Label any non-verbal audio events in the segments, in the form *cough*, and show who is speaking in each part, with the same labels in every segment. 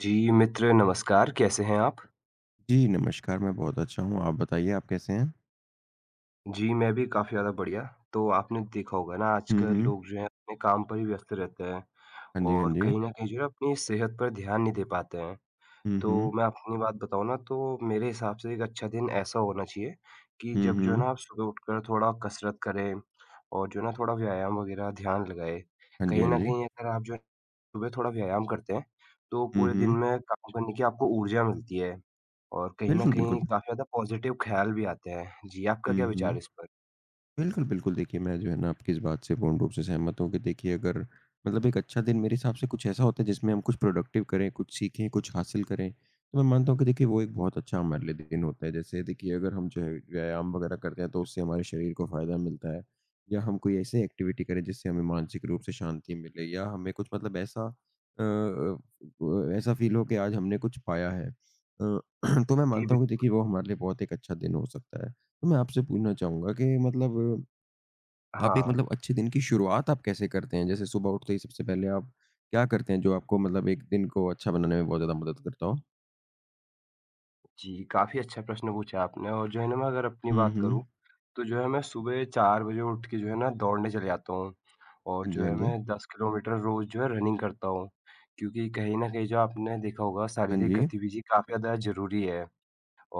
Speaker 1: जी, मित्र नमस्कार, कैसे हैं आप?
Speaker 2: जी, नमस्कार, मैं बहुत अच्छा हूँ, आप बताइए आप कैसे हैं?
Speaker 1: जी, मैं भी काफ़ी ज़्यादा बढ़िया। तो आपने देखा होगा ना
Speaker 2: हुँ,
Speaker 1: आजकल
Speaker 2: हुँ।
Speaker 1: लोग जो हैं अपने काम पर ही व्यस्त रहते हैं
Speaker 2: हाँ जी, हाँ
Speaker 1: और
Speaker 2: जी।
Speaker 1: कहीं न कहीं जो है अपनी सेहत पर ध्यान नहीं दे पाते हैं।
Speaker 2: हुँ, हुँ।
Speaker 1: तो मैं अपनी बात बताऊँ ना तो मेरे हिसाब से एक अच्छा दिन ऐसा होना चाहिए कि
Speaker 2: हुँ,
Speaker 1: जब जो है ना
Speaker 2: हुँ।
Speaker 1: आप सुबह उठकर थोड़ा कसरत करें और जो है ना थोड़ा व्यायाम वगैरह ध्यान लगाएँ।
Speaker 2: हाँ जी,
Speaker 1: कहीं
Speaker 2: हाँ
Speaker 1: न
Speaker 2: जी।
Speaker 1: कहीं अगर आप जो है सुबह थोड़ा व्यायाम करते हैं, तो
Speaker 2: हुँ,
Speaker 1: पूरे दिन
Speaker 2: हुँ।
Speaker 1: में काम करने की आपको ऊर्जा मिलती है और कहीं न
Speaker 2: बिल्कुल, बिल्कुल।
Speaker 1: कहीं काफ़ी ज़्यादा पॉज़िटिव ख़्याल भी आते हैं। जी, आपका
Speaker 2: हुँ,
Speaker 1: क्या विचार
Speaker 2: हुँ।
Speaker 1: है इस पर?
Speaker 2: बिल्कुल, बिल्कुल। देखिए, मैं जो है ना आपकी इस बात से पूर्ण रूप से सहमत हूँ कि देखिए अगर मतलब एक अच्छा दिन मेरे हिसाब से कुछ ऐसा होता है जिसमें हम कुछ प्रोडक्टिव करें, कुछ सीखें, कुछ हासिल करें, तो मैं मानता हूँ कि देखिए वो एक बहुत अच्छा हमारे लिए दिन होता है। जैसे देखिए अगर हम जो है व्यायाम वगैरह करते हैं तो उससे हमारे शरीर को फ़ायदा मिलता है या हम कोई ऐसी एक्टिविटी करें जिससे हमें मानसिक रूप से शांति मिले या हमें कुछ मतलब ऐसा अ अ, व ऐसा फ़ील हो कि आज हमने कुछ पाया है। *clears throat* तो मैं
Speaker 1: जी,
Speaker 2: मानता हूँ कि
Speaker 1: बिल्कुल।
Speaker 2: देखिए वो हमारे लिए बहुत एक अच्छा दिन हो सकता है। तो मैं आपसे पूछना चाहूँगा कि मतलब आप एक
Speaker 1: हाँ।
Speaker 2: मतलब अच्छे दिन की शुरुआत आप कैसे करते हैं? जैसे सुबह उठते ही सबसे पहले आप क्या करते हैं जो आपको मतलब एक दिन को अच्छा बनाने में बहुत ज़्यादा मदद करता हो?
Speaker 1: जी, काफ़ी अच्छा प्रश्न पूछा आपने और जो है ना मैं अगर अपनी
Speaker 2: हुँ,
Speaker 1: बात करूँ,
Speaker 2: हुँ।
Speaker 1: तो जो है मैं सुबह 4 बजे उठ के जो है ना दौड़ने चले जाता हूँ और
Speaker 2: हाँ जी,
Speaker 1: जो
Speaker 2: हाँ
Speaker 1: है
Speaker 2: जी।
Speaker 1: मैं 10 किलोमीटर रोज़ जो है रनिंग करता हूँ। क्योंकि कहीं न कहीं जो आपने देखा होगा
Speaker 2: हाँ
Speaker 1: शारीरिक
Speaker 2: जी।
Speaker 1: गतिविधि काफ़ी ज़्यादा ज़रूरी है।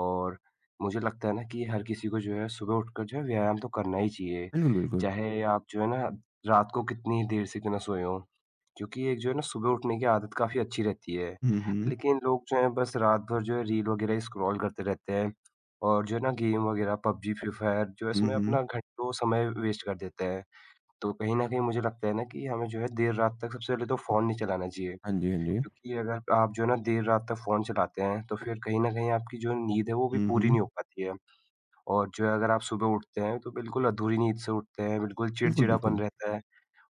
Speaker 1: और मुझे लगता है ना कि हर किसी को जो है सुबह उठकर जो है व्यायाम तो करना ही चाहिए।
Speaker 2: बिल्कुल, बिल्कुल।
Speaker 1: चाहे आप जो है ना रात को कितनी देर से क्यों ना सोए हों, क्योंकि एक जो है ना सुबह उठने की आदत काफ़ी अच्छी रहती है।
Speaker 2: हुँ, हुँ।
Speaker 1: लेकिन लोग जो हैं बस रात भर जो है रील वग़ैरह ही स्क्रॉल करते रहते हैं और जो है ना गेम वग़ैरह पबजी, फ्री फायर जो है
Speaker 2: हुँ,
Speaker 1: इसमें
Speaker 2: हुँ।
Speaker 1: अपना घंटों समय वेस्ट कर देते हैं। तो कहीं न कहीं मुझे लगता है ना कि हमें जो है देर रात तक सबसे पहले तो फ़ोन नहीं चलाना चाहिए।
Speaker 2: हाँ जी, हाँ जी।
Speaker 1: क्योंकि अगर आप जो है ना देर रात तक फ़ोन चलाते हैं, तो फिर कहीं न कहीं आपकी जो नींद है वो भी
Speaker 2: हुँ,
Speaker 1: पूरी
Speaker 2: हुँ।
Speaker 1: नहीं हो पाती है और जो है अगर आप सुबह उठते हैं तो बिल्कुल अधूरी नींद से उठते हैं, बिल्कुल
Speaker 2: बिल्कुल,
Speaker 1: चिड़चिड़ापन
Speaker 2: बिल्कुल।
Speaker 1: रहता है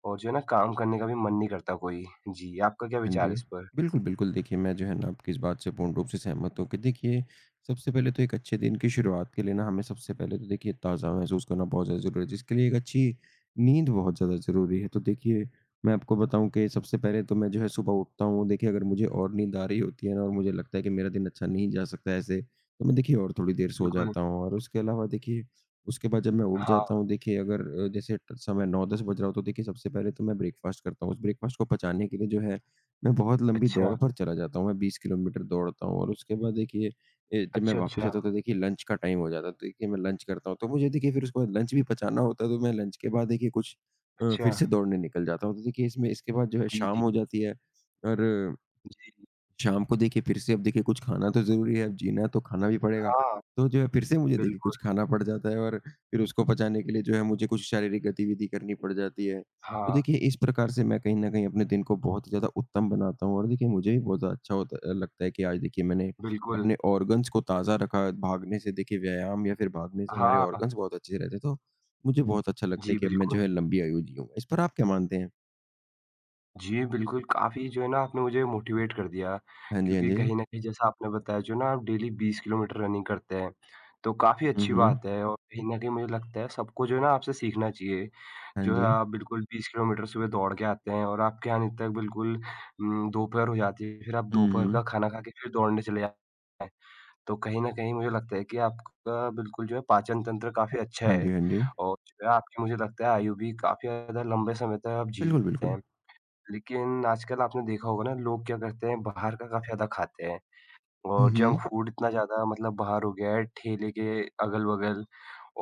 Speaker 1: और जो है ना काम करने का भी मन नहीं करता कोई। जी, आपका क्या
Speaker 2: हाँ
Speaker 1: विचार है
Speaker 2: जी।
Speaker 1: इस पर?
Speaker 2: बिल्कुल, बिल्कुल, देखिए मैं जो है ना आपकी इस बात से पूर्ण रूप से सहमत हूँ कि देखिए सबसे पहले तो एक अच्छे दिन की शुरुआत के लिए ना हमें सबसे पहले तो देखिए ताज़ा महसूस करना बहुत ज़्यादा ज़रूरी है, जिसके लिए एक अच्छी नींद बहुत ज़्यादा ज़रूरी है। तो देखिए मैं आपको बताऊँ कि सबसे पहले तो मैं जो है सुबह उठता हूँ, देखिए अगर मुझे और नींद आ रही होती है ना और मुझे लगता है कि मेरा दिन अच्छा नहीं जा सकता ऐसे, तो मैं देखिए और थोड़ी देर सो
Speaker 1: बिल्कुल,
Speaker 2: जाता हूँ। और उसके अलावा देखिए उसके बाद जब मैं उठ
Speaker 1: हाँ।
Speaker 2: जाता हूँ देखिए अगर जैसे समय 9-10 बज रहा हो तो देखिए सबसे पहले तो मैं ब्रेकफ़ास्ट करता हूँ। उस ब्रेकफ़ास्ट को पचाने के लिए जो है मैं बहुत लंबी
Speaker 1: अच्छा,
Speaker 2: दौड़ पर चला जाता हूँ, मैं 20 किलोमीटर दौड़ता हूँ और उसके बाद देखिए जब मैं
Speaker 1: अच्छा,
Speaker 2: वापस
Speaker 1: अच्छा,
Speaker 2: आता हूँ तो देखिए लंच का टाइम हो जाता है, तो देखिए मैं लंच करता हूँ। तो मुझे देखिए फिर उसके बाद लंच भी पचाना होता है, तो मैं लंच के बाद देखिए कुछ फिर
Speaker 1: अच्छा।
Speaker 2: से दौड़ने निकल जाता हूँ। तो देखिए इसमें इसके बाद जो है
Speaker 1: जी,
Speaker 2: शाम
Speaker 1: जी,
Speaker 2: हो जाती है और
Speaker 1: जी।
Speaker 2: शाम को देखिए फिर से अब देखिए कुछ खाना तो ज़रूरी है, अब जीना है तो खाना भी पड़ेगा।
Speaker 1: हाँ,
Speaker 2: तो जो है फिर से मुझे देखिए
Speaker 1: बिल्कुल।
Speaker 2: कुछ खाना पड़ जाता है और फिर उसको पचाने के लिए जो है मुझे कुछ शारीरिक गतिविधि करनी पड़ जाती है। तो
Speaker 1: हाँ,
Speaker 2: देखिए इस प्रकार से मैं कहीं न कहीं अपने दिन को बहुत ही ज़्यादा उत्तम बनाता हूँ और देखिए मुझे भी बहुत ज़्यादा अच्छा होता लगता है कि आज देखिए मैंने
Speaker 1: बिल्कुल।
Speaker 2: अपने ऑर्गन्स को ताज़ा रखा। भागने से देखिए व्यायाम या फिर भागने से हमारे
Speaker 1: हाँ,
Speaker 2: ऑर्गन्स बहुत अच्छे रहते हैं, तो मुझे बहुत अच्छा लगता है
Speaker 1: जी
Speaker 2: कि अब मैं जो
Speaker 1: बिल्कुल।
Speaker 2: है लंबी आयु जीऊँगा। इस पर आप क्या मानते हैं?
Speaker 1: जी, बिल्कुल, काफ़ी जो है ना आपने मुझे मोटिवेट कर दिया
Speaker 2: हाँ जी, हाँ
Speaker 1: क्योंकि
Speaker 2: जी।
Speaker 1: कहीं न कहीं जैसा आपने बताया जो ना आप डेली 20 किलोमीटर रनिंग करते हैं, तो काफ़ी
Speaker 2: हुँ,
Speaker 1: अच्छी
Speaker 2: हुँ।
Speaker 1: बात है और कहीं न कहीं मुझे लगता है सबको जो है ना आपसे सीखना चाहिए।
Speaker 2: हाँ
Speaker 1: जो है
Speaker 2: जी।
Speaker 1: आप बिल्कुल 20 किलोमीटर सुबह दौड़ के आते हैं और आपके आने तक बिल्कुल दोपहर हो जाती है, फिर आप
Speaker 2: हुँ,
Speaker 1: दोपहर
Speaker 2: हुँ।
Speaker 1: का खाना खा के फिर दौड़ने चले जाते हैं। तो कहीं न कहीं मुझे लगता है कि आपका बिल्कुल जो है पाचन तंत्र काफ़ी अच्छा
Speaker 2: हाँ जी,
Speaker 1: है
Speaker 2: हाँ जी।
Speaker 1: और जो है आपकी मुझे लगता है आयु भी काफ़ी ज़्यादा लंबे समय तक आप जी
Speaker 2: बिल्कुल,
Speaker 1: रहे
Speaker 2: बिल्कुल।
Speaker 1: हैं। लेकिन आजकल आपने देखा होगा ना लोग क्या करते हैं बाहर का काफ़ी ज़्यादा खाते हैं
Speaker 2: हुँ,
Speaker 1: और
Speaker 2: हुँ।
Speaker 1: जंक फूड इतना ज़्यादा मतलब बाहर हो गया है ठेले के अगल-बगल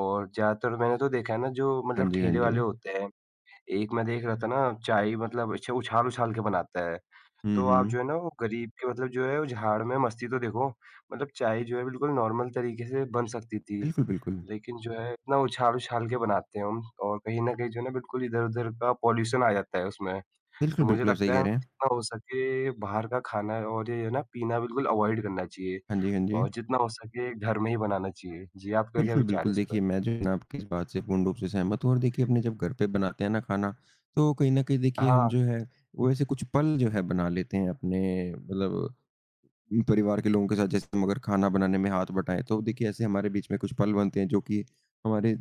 Speaker 1: और ज़्यादातर मैंने तो देखा है ना जो
Speaker 2: हाँ
Speaker 1: मतलब
Speaker 2: जी, हाँ
Speaker 1: ठेले
Speaker 2: जी।
Speaker 1: वाले होते हैं, एक मैं देख रहा था ना चाय मतलब अच्छा उछाल-उछाल के बनाता है।
Speaker 2: हुँ,
Speaker 1: तो आप
Speaker 2: हुँ।
Speaker 1: जो है ना वो गरीब के मतलब जो है वो झाड़ में मस्ती तो देखो, मतलब चाय जो है बिल्कुल नॉर्मल तरीके से बन सकती थी।
Speaker 2: बिल्कुल, बिल्कुल।
Speaker 1: लेकिन जो है इतना उछाल-उछाल के बनाते हैं हम और कहीं न कहीं जो है ना बिल्कुल इधर-उधर का पॉल्यूशन आ जाता है उसमें।
Speaker 2: बिल्कुल,
Speaker 1: तो मुझे
Speaker 2: बिल्कुल, आप सही
Speaker 1: लगता है
Speaker 2: कह
Speaker 1: हमें
Speaker 2: रहे हैं।
Speaker 1: जितना हो सके बाहर का खाना और ये है ना पीना बिल्कुल अवॉइड करना चाहिए
Speaker 2: हाँ जी, हाँ जी।
Speaker 1: और जितना हो सके घर में ही बनाना चाहिए। जी, आपका क्या
Speaker 2: बिल्कुल,
Speaker 1: विचार है
Speaker 2: बिल्कुल,
Speaker 1: इस पर?
Speaker 2: देखिए मैं जो है ना आपकी इस बात से पूर्ण रूप से सहमत हूँ और देखिए अपने जब घर पे बनाते हैं ना खाना, तो कहीं न कहीं देखिए हम
Speaker 1: हाँ,
Speaker 2: जो है, वो ऐसे कुछ पल जो है बना लेते हैं अपने मतलब परिवार के लोगों के साथ। जैसे हम अगर खाना बनाने में हाथ बटाएँ, तो देखिए ऐसे हमारे बीच में कुछ पल बनते हैं जो कि हमारे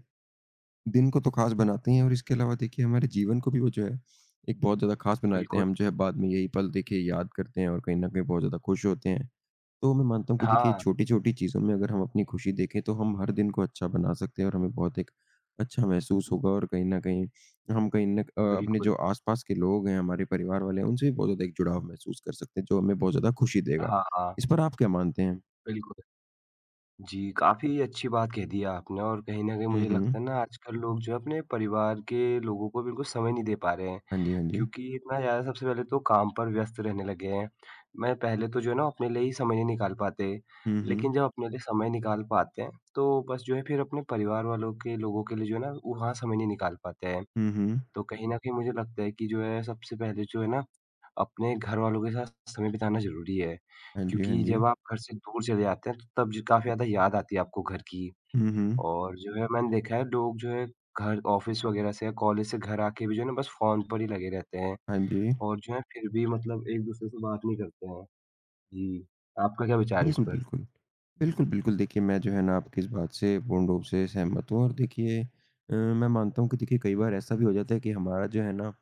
Speaker 2: दिन को तो ख़ास बनाते ही हैं और इसके अलावा देखिए हमारे जीवन को भी वो जो है, एक बहुत ज़्यादा ख़ास बना देते हैं।
Speaker 1: बिल्कुल।
Speaker 2: हम जो है बाद में यही पल देखिए याद करते हैं और कहीं न कहीं बहुत ज़्यादा खुश होते हैं। तो मैं मानता हूँ कि देखिए
Speaker 1: हाँ,
Speaker 2: छोटी-छोटी चीज़ों में अगर हम अपनी खुशी देखें तो हम हर दिन को अच्छा बना सकते हैं और हमें बहुत एक अच्छा महसूस होगा और कहीं न कहीं हम कहीं न अपने
Speaker 1: बिल्कुल।
Speaker 2: जो आस-पास के लोग हैं, हमारे परिवार वाले हैं, उनसे भी बहुत ज़्यादा एक जुड़ाव महसूस कर सकते हैं जो हमें बहुत ज़्यादा खुशी देगा।
Speaker 1: हाँ, हाँ,
Speaker 2: इस पर आप क्या मानते हैं?
Speaker 1: बिल्कुल। जी, काफ़ी अच्छी बात कह दी है आपने और कहीं न कहीं
Speaker 2: हुँ,
Speaker 1: मुझे
Speaker 2: हुँ।
Speaker 1: लगता है ना आजकल लोग जो है अपने परिवार के लोगों को बिल्कुल समय नहीं दे पा रहे हैं।
Speaker 2: हाँ जी, हाँ जी।
Speaker 1: क्योंकि इतना ज़्यादा सबसे पहले तो काम पर व्यस्त रहने लगे हैं। मैं पहले तो जो है ना अपने लिए ही समय नहीं निकाल पाते,
Speaker 2: हुँ, हुँ।
Speaker 1: लेकिन जब अपने लिए समय निकाल पाते हैं, तो बस जो है फिर अपने परिवार वालों के लोगों के लिए जो है ना वहाँ समय नहीं निकाल पाते हैं।
Speaker 2: हुँ, हुँ।
Speaker 1: तो कहीं न कहीं मुझे लगता है कि जो है सबसे पहले जो है ना, अपने घरवालों के साथ समय बिताना ज़रूरी है।
Speaker 2: हाँ जी, हाँ
Speaker 1: क्योंकि
Speaker 2: जी।
Speaker 1: जब आप घर से दूर चले जाते हैं तो तब ज काफ़ी ज़्यादा याद आती है आपको घर की।
Speaker 2: हुँ, हुँ।
Speaker 1: और जो है मैंने देखा है लोग जो है घर ऑफ़िस वग़ैरह से या कॉलेज से घर आके भी जो है ना बस फ़ोन पर ही लगे रहते हैं।
Speaker 2: हाँ जी।
Speaker 1: और जो है फिर भी मतलब एक-दूसरे से बात नहीं करते हैं। जी, आपका क्या विचार है इस
Speaker 2: बिल्कुल,
Speaker 1: पर?
Speaker 2: बिल्कुल। बिल्कुल, बिल्कुल, देखिए मैं जो है ना आपकी इस बात से पूर्ण रूप से सहमत हूँ और देखिए मैं मानता हूँ कि देखिए कई बार ऐसा भी हो जाता है कि हमारा जो है ना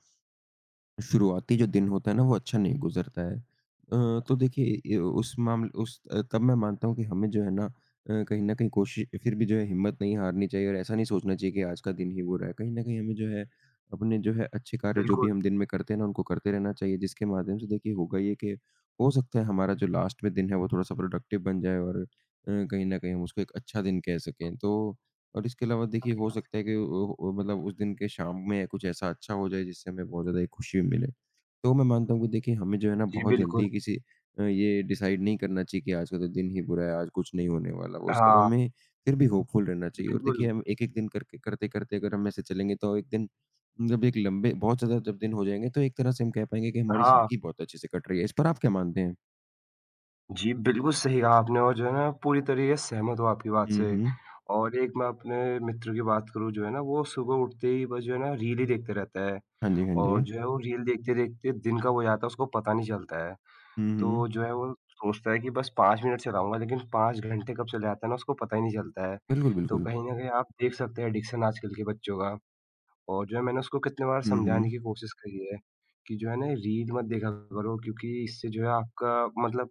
Speaker 2: शुरुआती जो दिन होता है ना, वो अच्छा नहीं गुज़रता है। तो देखिए ये उस मामले उस तब मैं मानता हूँ कि हमें जो है ना कहीं न कहीं कोशिश फिर भी जो है हिम्मत नहीं हारनी चाहिए और ऐसा नहीं सोचना चाहिए कि आज का दिन ही बुरा है। कहीं न कहीं हमें जो है अपने जो है अच्छे कार्य जो भी
Speaker 1: बिल्कुल।
Speaker 2: हम दिन में करते हैं ना, उनको करते रहना चाहिए जिसके माध्यम से देखिए होगा ये कि हो सकता है हमारा जो लास्ट में दिन है वो थोड़ा-सा प्रोडक्टिव बन जाए और कहीं न कहीं हम उसको एक अच्छा दिन कह सकें। तो और इसके अलावा देखिए
Speaker 1: आपकी
Speaker 2: हो
Speaker 1: क्लास
Speaker 2: सकता
Speaker 1: की।
Speaker 2: है कि ओ ओ मतलब उस दिन के शाम में कुछ ऐसा अच्छा हो जाए जिससे हमें बहुत ज़्यादा एक खुशी मिले। तो मैं मानता हूँ कि देखिए हमें जो है ना
Speaker 1: जी,
Speaker 2: बहुत
Speaker 1: बिल्कुल।
Speaker 2: जल्दी किसी ये डिसाइड नहीं करना चाहिए कि आज का तो दिन ही बुरा है, आज कुछ नहीं होने वाला। वो सब
Speaker 1: हाँ,
Speaker 2: हमें फिर भी होपफुल रहना चाहिए और
Speaker 1: बिल्कुल।
Speaker 2: देखिए हम एक-एक दिन करके करते-करते अगर हम ऐसे चलेंगे तो एक दिन जब एक लंबे बहुत ज़्यादा जब दिन हो जाएँगे तो एक तरह से हम कह पाएँगे कि हमारी
Speaker 1: हाँ,
Speaker 2: ज़िंदगी बहुत अच्छे से कट रही है। इस पर आप क्या मानते हैं?
Speaker 1: जी, बिल्कुल सही कहा आपने और जो है ना पूरी तरीके से सहमत हूँ आपकी बात
Speaker 2: हुँ,
Speaker 1: से।
Speaker 2: हुँ।
Speaker 1: और एक मैं अपने मित्र की बात करूँ जो है ना वो सुबह उठते ही बस जो है ना रील ही देखते रहता है।
Speaker 2: हाँ जी, हाँ जी।
Speaker 1: और जो है वो रील देखते-देखते दिन कब हो जाता है उसको पता नहीं चलता है।
Speaker 2: हुँ, हुँ।
Speaker 1: तो जो है वो सोचता है कि बस 5 मिनट चलाऊँगा लेकिन 5 घंटे कब चले जाते हैं ना उसको पता ही नहीं चलता है।
Speaker 2: बिल्कुल,
Speaker 1: तो
Speaker 2: बिल्कुल।
Speaker 1: कहीं न कहीं आप देख सकते हैं एडिक्शन आजकल के बच्चों का और जो है मैंने उसको कितने बार
Speaker 2: हुँ,
Speaker 1: समझाने
Speaker 2: हुँ।
Speaker 1: की कोशिश करी है कि जो है ना रील मत देखा करो क्योंकि इससे जो है आपका मतलब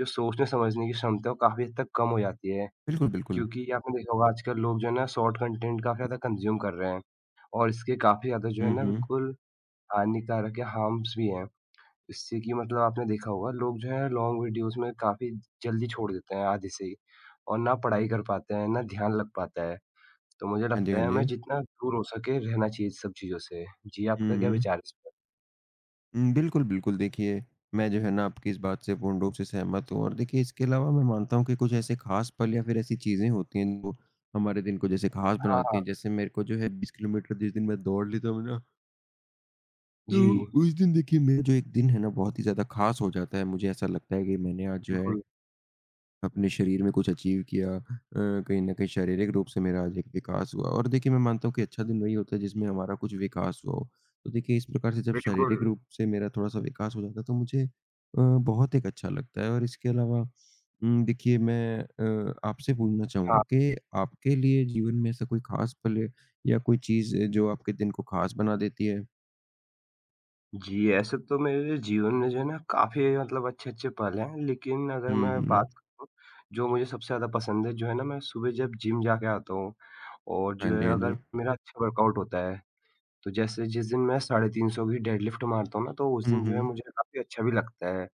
Speaker 1: जो सोचने समझने की क्षमता है वो काफ़ी हद तक कम हो जाती है।
Speaker 2: बिल्कुल, बिल्कुल।
Speaker 1: क्योंकि आपने देखा होगा आजकल लोग जो है ना शॉर्ट कंटेंट काफ़ी ज़्यादा कंज़्यूम कर रहे हैं और इसके काफ़ी ज़्यादा जो है
Speaker 2: हुँ,
Speaker 1: ना
Speaker 2: हुँ।
Speaker 1: बिल्कुल हानिकारक या हार्म्स भी हैं। इससे कि मतलब आपने देखा होगा लोग जो है लॉन्ग वीडियोज़ में काफ़ी जल्दी छोड़ देते हैं आधे से ही और ना पढ़ाई कर पाते हैं, ना ध्यान लग पाता है। तो मुझे
Speaker 2: हाँ जी,
Speaker 1: लगता
Speaker 2: हाँ
Speaker 1: है
Speaker 2: जी।
Speaker 1: हमें जितना दूर हो सके रहना चाहिए सब चीज़ों से। जी,
Speaker 2: हुँ,
Speaker 1: आपका क्या
Speaker 2: हुँ।
Speaker 1: विचार है इस पर?
Speaker 2: हुँ, बिल्कुल, बिल्कुल, देखिए, मैं जो है ना आपकी इस बात से पूर्ण रूप से सहमत हूँ और देखिए इसके अलावा मैं मानता हूँ कि कुछ ऐसे ख़ास पल या फिर ऐसी चीज़ें होती हैं जो हमारे दिन को जैसे ख़ास बना
Speaker 1: हाँ,
Speaker 2: देती
Speaker 1: हाँ।
Speaker 2: हैं। जैसे मेरे को जो है 20 किलोमीटर जिस दिन मैं दौड़ लेता हूँ ना,
Speaker 1: जी,
Speaker 2: तो उस दिन देखिए मेरा जो एक दिन है ना बहुत ही ज़्यादा ख़ास हो जाता है। मुझे ऐसा लगता है कि मैंने आज जो है
Speaker 1: बिल्कुल,
Speaker 2: अपने शरीर में कुछ अचीव किया कहीं न कहीं शारीरिक रूप से मेरा आज एक विकास हुआ और देखिए मैं मानता हूँ कि अच्छा दिन वही होता है जिसमें हमारा कुछ विकास हुआ हो। तो देखिए इस प्रकार से जब
Speaker 1: बिल्कुल।
Speaker 2: शारीरिक रूप से मेरा थोड़ा-सा विकास हो जाता है तो मुझे बहुत एक अच्छा लगता है और इसके अलावा देखिए मैं आपसे पूछना चाहूँ
Speaker 1: हाँ।
Speaker 2: कि आपके लिए जीवन में ऐसा कोई ख़ास पल है या कोई चीज़ है जो आपके दिन को ख़ास बना देती है?
Speaker 1: जी, ऐसे तो मेरे जीवन में जो है ना काफ़ी मतलब अच्छे-अच्छे पल हैं, लेकिन अगर
Speaker 2: हुँ,
Speaker 1: मैं
Speaker 2: हुँ।
Speaker 1: बात करूँ जो मुझे सबसे ज़्यादा पसंद है जो है ना मैं सुबह जब जिम जाके आता हूँ और
Speaker 2: हाँ
Speaker 1: जो
Speaker 2: जी,
Speaker 1: है
Speaker 2: हाँ जी।
Speaker 1: अगर मेरा अच्छा वर्कआउट होता है तो जैसे जिस दिन मैं 350 की डेडलिफ्ट मारता हूँ ना, तो उस
Speaker 2: हुँ,
Speaker 1: दिन जो है
Speaker 2: हुँ।
Speaker 1: मुझे काफ़ी अच्छा भी लगता है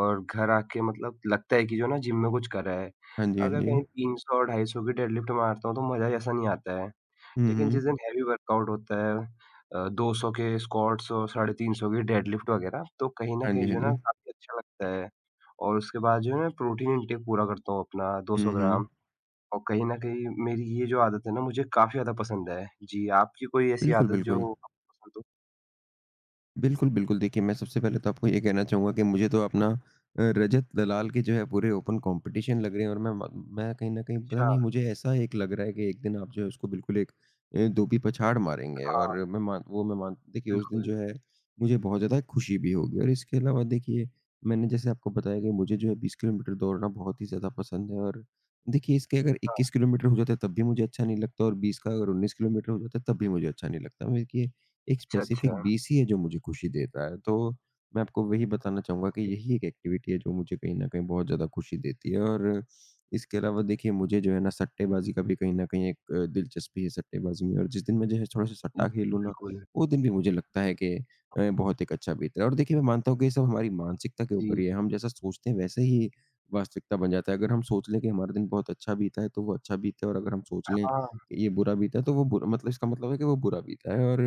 Speaker 1: और घर आके मतलब लगता है कि जो है ना जिम में कुछ करा है।
Speaker 2: हाँ जी, हाँ
Speaker 1: अगर
Speaker 2: जी।
Speaker 1: कहीं 300 250 की डेडलिफ्ट मारता हूँ, तो मज़ा ही ऐसा नहीं आता है।
Speaker 2: हुँ,
Speaker 1: लेकिन
Speaker 2: हुँ।
Speaker 1: जिस दिन हेवी वर्कआउट होता है 200 के स्क्वाट्स और 350 की डेडलिफ्ट वगैरह, तो कहीं न
Speaker 2: हाँ जी,
Speaker 1: कहीं जो
Speaker 2: हाँ
Speaker 1: है ना
Speaker 2: जी।
Speaker 1: काफ़ी अच्छा लगता है और उसके बाद जो है मैं प्रोटीन इंटेक पूरा करता हूँ अपना 200
Speaker 2: हुँ, हुँ।
Speaker 1: ग्राम। और कहीं न कहीं मेरी ये जो आदत है ना मुझे काफ़ी ज़्यादा पसंद है। जी, आपकी कोई ऐसी
Speaker 2: बिल्कुल,
Speaker 1: आदत जो
Speaker 2: बिल्कुल।
Speaker 1: आपको पसंद हो?
Speaker 2: बिल्कुल, बिल्कुल। देखिए, मैं सबसे पहले तो आपको ये कहना चाहूँगा कि मुझे तो अपना रजत दलाल के जो है पूरे ओपन कॉम्पिटिशन लग रहे हैं और मैं कहीं न कहीं पता
Speaker 1: अच्छा,
Speaker 2: नहीं मुझे ऐसा एक लग रहा है कि एक दिन आप जो है उसको बिल्कुल एक धोबी पछाड़ मारेंगे और
Speaker 1: हाँ,
Speaker 2: मैं मान वो मैं मान देखिए उस दिन
Speaker 1: बिल्कुल।
Speaker 2: जो है मुझे बहुत ज़्यादा खुशी भी होगी और इसके अलावा देखिए मैंने जैसे आपको बताया कि मुझे जो है 20 किलोमीटर दौड़ना बहुत ही ज़्यादा पसंद है और देखिए इसके अगर
Speaker 1: हाँ,
Speaker 2: 21 किलोमीटर हो जाते तब भी मुझे अच्छा नहीं लगता और 20 का अगर 19 किलोमीटर हो जाता तब भी मुझे अच्छा नहीं लगता। मैं- देखिए एक
Speaker 1: अच्छा, अच्छा।
Speaker 2: स्पेसिफिक बीसी है जो मुझे खुशी देता है। तो मैं आपको वही बताना चाहूँगा कि यही एक एक्टिविटी है जो मुझे कहीं न कहीं बहुत ज़्यादा खुशी देती है और इसके अलावा देखिए मुझे जो है ना सट्टेबाज़ी का भी कहीं न कहीं एक दिलचस्पी है सट्टेबाज़ी में और जिस दिन मैं जो है थोड़ा-सा सट्टा
Speaker 1: बिल्कुल,
Speaker 2: खेल लूँ ना,
Speaker 1: बिल्कुल।
Speaker 2: वो दिन भी मुझे लगता है कि बहुत एक अच्छा बीता है। और देखिए मैं मानता हूँ कि ये सब हमारी मानसिकता के ऊपर
Speaker 1: जी,
Speaker 2: ही है। हम जैसा सोचते हैं वैसे ही वास्तविकता बन जाता है। अगर हम सोच लें कि हमारा दिन बहुत अच्छा बीता है तो वो अच्छा बीता है और अगर हम सोच लें
Speaker 1: हाँ।
Speaker 2: कि ये बुरा बीता है तो वो बुरा मतलब इसका मतलब है कि वो बुरा बीता है और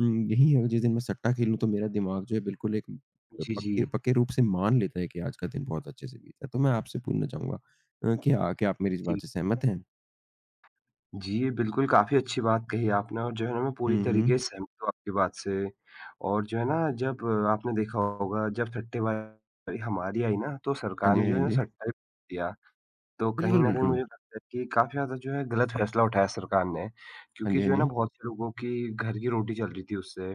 Speaker 2: यही है जिस दिन मैं सट्टा खेलूँ तो मेरा दिमाग जो है बिल्कुल एक
Speaker 1: जी, जी,
Speaker 2: पक्के पक्के रूप से मान लेता है कि आज का दिन बहुत अच्छे से बीता। तो मैं आपसे पूछना चाहूँगा, क्या आप मेरी इस बात
Speaker 1: जी।
Speaker 2: से सहमत हैं?
Speaker 1: जी, ये बिल्कुल काफ़ी अच्छी बात कही आपने और जो है ना मैं पूरी
Speaker 2: हुँ, हुँ।
Speaker 1: तरीके से सहमत हूँ आपकी बात से। और जो है ना जब आपने देखा होगा जब सट्टेबाज़ी हमारी आई ना तो
Speaker 2: हाँ
Speaker 1: सरकार
Speaker 2: जी,
Speaker 1: ने जो है
Speaker 2: हाँ
Speaker 1: ना
Speaker 2: जी।
Speaker 1: सट्टा ही दिया। तो कहीं
Speaker 2: बिल्कुल,
Speaker 1: न कहीं
Speaker 2: बिल्कुल।
Speaker 1: मुझे लगता है कि काफ़ी ज़्यादा जो है गलत फ़ैसला उठाया सरकार ने,
Speaker 2: हाँ
Speaker 1: क्योंकि
Speaker 2: जी, हाँ
Speaker 1: जो है ना
Speaker 2: जी।
Speaker 1: बहुत से लोगों की घर की रोटी चल रही थी उससे,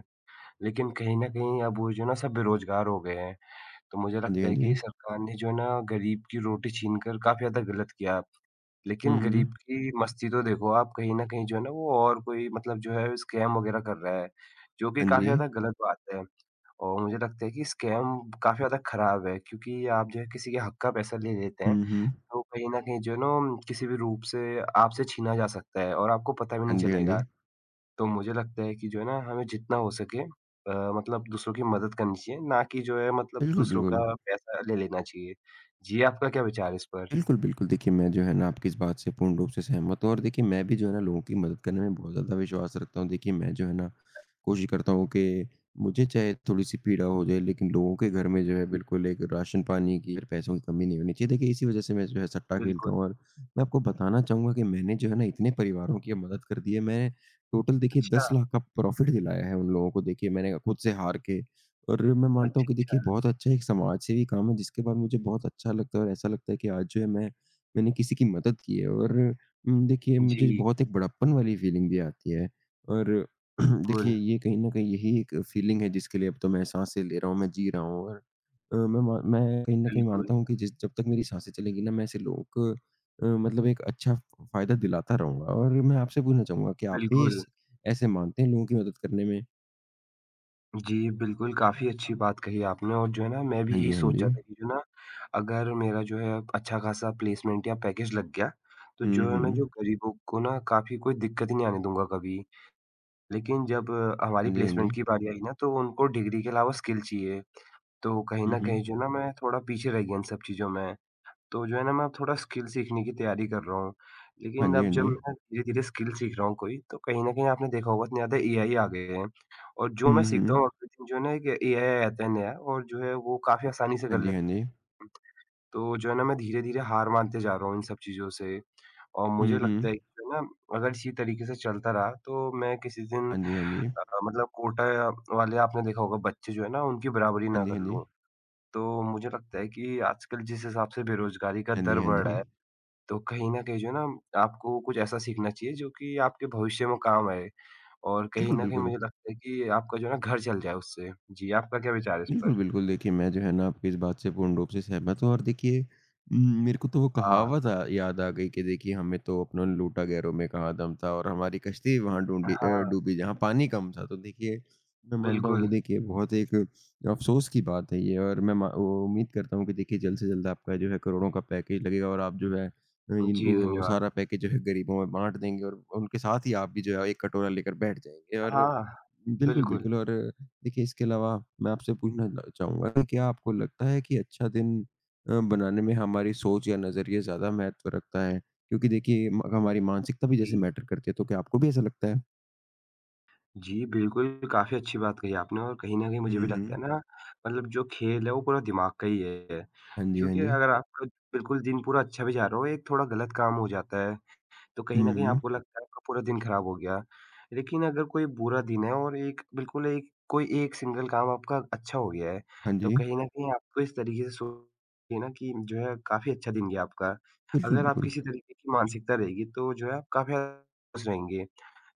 Speaker 1: लेकिन कहीं न कहीं अब वो जो है ना सब बेरोज़गार हो गए हैं। तो मुझे
Speaker 2: हाँ जी,
Speaker 1: लगता
Speaker 2: हाँ
Speaker 1: है कि
Speaker 2: जी।
Speaker 1: ये सरकार ने जो है ना गरीब की रोटी छीन कर काफ़ी ज़्यादा गलत किया।
Speaker 2: हुँ,
Speaker 1: लेकिन
Speaker 2: हुँ।
Speaker 1: गरीब की मस्ती तो देखो आप कहीं न कहीं जो है ना वो और कोई मतलब जो है स्कैम वग़ैरह कर रहा है, जो कि
Speaker 2: हाँ
Speaker 1: काफ़ी
Speaker 2: जी।
Speaker 1: ज़्यादा गलत बात है। और मुझे लगता है कि स्कैम काफ़ी ज़्यादा ख़राब है क्योंकि आप जो है किसी के हक़ का पैसा ले लेते हैं
Speaker 2: हुँ, हुँ।
Speaker 1: तो कहीं न कहीं जो है ना किसी भी रूप से आपसे छीना जा सकता है और आपको पता भी नहीं
Speaker 2: हाँ जी, हाँ जी।
Speaker 1: चलेगा। तो मुझे लगता है कि जो है ना हमें जितना हो सके मतलब दूसरों की मदद करनी चाहिए, ना कि जो है मतलब
Speaker 2: बिल्कुल,
Speaker 1: दूसरों का
Speaker 2: बिल्कुल।
Speaker 1: पैसा ले लेना चाहिए। जी, आपका क्या विचार है इस पर?
Speaker 2: बिल्कुल, बिल्कुल। देखिए, मैं जो है ना आपकी इस बात से पूर्ण रूप से सहमत हूँ और देखिए मैं भी जो है ना लोगों की मदद करने में बहुत ज़्यादा विश्वास रखता हूँ। देखिए, मैं जो है ना कोशिश करता हूँ कि मुझे चाहे थोड़ी-सी पीड़ा हो जाए लेकिन लोगों के घर में जो है बिल्कुल एक राशन-पानी की और पैसों की कमी नहीं होनी चाहिए। देखिए, इसी वज़ह से मैं जो है सट्टा खेलता
Speaker 1: बिल्कुल।
Speaker 2: हूँ और मैं आपको बताना चाहूँगा कि मैंने जो है ना इतने परिवारों की मदद कर दी है। मैं टोटल देखिए
Speaker 1: अच्छा,
Speaker 2: 10 लाख का प्रॉफ़िट दिलाया है उन लोगों को। देखिए, मैंने खुद से हार के और मैं मानता
Speaker 1: अच्छा,
Speaker 2: हूँ कि देखिए
Speaker 1: अच्छा।
Speaker 2: बहुत अच्छा एक समाज सेवी काम है जिसके बाद मुझे बहुत अच्छा लगता है और ऐसा लगता है कि आज जो है मैंने किसी की मदद की है और देखिए मुझे
Speaker 1: जी,
Speaker 2: बहुत एक बड़प्पन वाली फीलिंग भी आती है और *clears throat*
Speaker 1: बिल्कुल,
Speaker 2: देखिए ये कहीं न कहीं यही एक फीलिंग है जिसके लिए अब तो मैं साँसें ले रहा हूँ, मैं जी रहा हूँ और मैं कहीं न कहीं
Speaker 1: बिल्कुल,
Speaker 2: मानता हूँ कि जिस जब तक मेरी साँसें चलेंगी ना मैं ऐसे लोगों को मतलब एक अच्छा फ़ायदा दिलाता रहूँगा और मैं आपसे पूछना चाहूँगा कि आप भी
Speaker 1: बिल्कुल।
Speaker 2: इस ऐसे मानते हैं लोगों की मदद करने में?
Speaker 1: जी, बिल्कुल, काफ़ी अच्छी बात कही आपने और जो है ना मैं भी
Speaker 2: हाँ
Speaker 1: यही
Speaker 2: जी, हाँ
Speaker 1: सोचा
Speaker 2: जी।
Speaker 1: था कि जो ना अगर मेरा जो है अच्छा-खासा प्लेसमेंट या पैकेज लग गया, तो
Speaker 2: हुँ,
Speaker 1: जो है मैं जो
Speaker 2: हुँ।
Speaker 1: गरीबों को ना काफ़ी कोई दिक्कत ही नहीं आने दूँगा कभी। लेकिन जब हमारी
Speaker 2: हाँ जी, हाँ
Speaker 1: प्लेसमेंट
Speaker 2: जी।
Speaker 1: की बारी आई ना तो उनको डिग्री के अलावा स्किल चाहिए, तो कहीं
Speaker 2: हुँ,
Speaker 1: न
Speaker 2: हुँ।
Speaker 1: कहीं जो ना मैं थोड़ा पीछे रह गया इन सब चीज़ों में। तो जो है ना मैं अब थोड़ा स्किल सीखने की तैयारी कर रहा हूँ।
Speaker 2: हाँ
Speaker 1: लेकिन
Speaker 2: जी, हाँ
Speaker 1: अब जब
Speaker 2: जी।
Speaker 1: मैं धीरे-धीरे स्किल सीख रहा हूँ कोई तो कहीं न कहीं आपने देखा होगा इतने ज़्यादा एआई आ गए हैं और जो मैं
Speaker 2: हुँ,
Speaker 1: सीखता
Speaker 2: हुँ।
Speaker 1: हूँ अगले दिन जो है ना एक एआई आता है नया और जो है वो काफ़ी आसानी से
Speaker 2: हाँ
Speaker 1: कर
Speaker 2: जी, हाँ
Speaker 1: लेता
Speaker 2: जी।
Speaker 1: है। तो जो है ना मैं धीरे-धीरे हार मानते जा रहा हूँ इन सब चीज़ों से और
Speaker 2: हुँ,
Speaker 1: मुझे लगता है कि
Speaker 2: हुँ।
Speaker 1: जो है ना अगर इसी तरीके से चलता रहा तो मैं किसी दिन
Speaker 2: हाँ जी, हाँ जी।
Speaker 1: मतलब कोटा वाले आपने देखा होगा बच्चे जो है ना उनकी बराबरी
Speaker 2: हाँ
Speaker 1: ना
Speaker 2: जी,
Speaker 1: कर
Speaker 2: हाँ जी।
Speaker 1: लूँ। तो मुझे लगता है कि आजकल जिस हिसाब से बेरोज़गारी का
Speaker 2: हाँ
Speaker 1: दर
Speaker 2: जी, हाँ जी। हाँ
Speaker 1: बढ़
Speaker 2: जी, हाँ
Speaker 1: रहा
Speaker 2: जी।
Speaker 1: है तो कहीं न कहीं जो है ना आपको कुछ ऐसा सीखना चाहिए जो कि आपके भविष्य में काम आए और कहीं
Speaker 2: बिल्कुल,
Speaker 1: न कहीं
Speaker 2: बिल्कुल।
Speaker 1: मुझे लगता है कि आपका जो है ना घर चल जाए उससे। जी, आपका क्या विचार है इस
Speaker 2: बिल्कुल,
Speaker 1: पर?
Speaker 2: बिल्कुल। देखिए, मैं जो है ना आपकी इस बात से पूर्ण रूप से सहमत हूँ और देखिए, उम, मेरे को तो वो
Speaker 1: हाँ।
Speaker 2: कहावत याद आ गई कि देखिए हमें तो अपना लूटा गैरों में कहाँ दम था और हमारी कश्ती वहाँ
Speaker 1: हाँ,
Speaker 2: डूबी जहाँ पानी कम था। तो देखिए, मैं मानता हूँ कि
Speaker 1: बिल्कुल।
Speaker 2: देखिए बहुत एक अफ़सोस की बात है ये और मैं मा ओ उम्मीद करता हूँ कि देखिए जल्द से जल्द आपका जो है करोड़ों का पैकेज लगेगा और आप जो है,
Speaker 1: जी,
Speaker 2: इनको वो
Speaker 1: धन्यवाद।
Speaker 2: सारा पैकेज जो है गरीबों में बाँट देंगे और उनके साथ ही आप भी जो है एक कटोरा लेकर बैठ जाएँगे और
Speaker 1: हाँ,
Speaker 2: बिल्कुल,
Speaker 1: बिल्कुल।
Speaker 2: बिल्कुल। और देखिए इसके अलावा मैं आपसे पूछना ल चाहूँगा कि क्या आपको लगता है कि अच्छा दिन बनाने में हमारी सोच या नज़रिए ज़्यादा महत्व रखता है? क्योंकि देखिए म हमारी मानसिकता भी जैसे
Speaker 1: जी।
Speaker 2: मैटर करती है, तो क्या आपको भी ऐसा लगता है?
Speaker 1: जी, बिल्कुल काफ़ी अच्छी बात कही आपने और कहीं न कहीं मुझे
Speaker 2: हुँ,
Speaker 1: भी लगता
Speaker 2: हुँ।
Speaker 1: है ना मतलब जो खेल है वो पूरा दिमाग का ही है।
Speaker 2: हाँ जी, हाँ
Speaker 1: क्योंकि
Speaker 2: जी।
Speaker 1: अगर आपका बिल्कुल दिन पूरा अच्छा भी जा रहा हो, एक थोड़ा गलत काम हो जाता है तो कहीं
Speaker 2: हुँ,
Speaker 1: न कहीं
Speaker 2: हुँ।
Speaker 1: आपको लगता है आपका पूरा दिन खराब हो गया। लेकिन अगर कोई बुरा दिन है और एक बिल्कुल एक कोई एक सिंगल काम आपका अच्छा हो गया है,
Speaker 2: हाँ
Speaker 1: तो
Speaker 2: जी।
Speaker 1: कहीं न कहीं आपको इस तरीके से सोचिए ना कि जो है काफ़ी अच्छा दिन गया आपका।
Speaker 2: बिल्कुल,
Speaker 1: अगर आप
Speaker 2: बिल्कुल।
Speaker 1: किसी तरीके की मानसिकता रहेगी तो जो है आप काफ़ी खुश रहेंगे।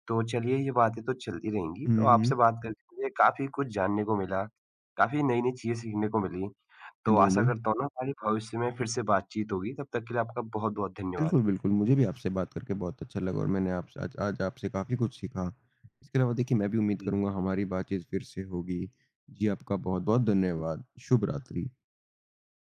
Speaker 1: तो चलिए ये बातें तो चलती रहेंगी।
Speaker 2: हुँ,
Speaker 1: तो
Speaker 2: हुँ।
Speaker 1: आपसे बात करके मुझे काफ़ी कुछ जानने को मिला, काफ़ी नई-नई चीज़ें सीखने को मिली।
Speaker 2: हाँ
Speaker 1: तो
Speaker 2: जी, हाँ
Speaker 1: आशा
Speaker 2: जी।
Speaker 1: करता हूँ ना हमारी भविष्य में फिर से बातचीत होगी। तब तक के लिए आपका बहुत-बहुत धन्यवाद।
Speaker 2: बिल्कुल, बिल्कुल, मुझे भी आपसे बात करके बहुत अच्छा लगा और मैंने आपसे आज आज आपसे काफ़ी कुछ सीखा। इसके अलावा देखिए मैं भी उम्मीद
Speaker 1: जी।
Speaker 2: करूँगा हमारी बातचीत फिर से होगी। जी, आपका बहुत-बहुत धन्यवाद। शुभ रात्रि।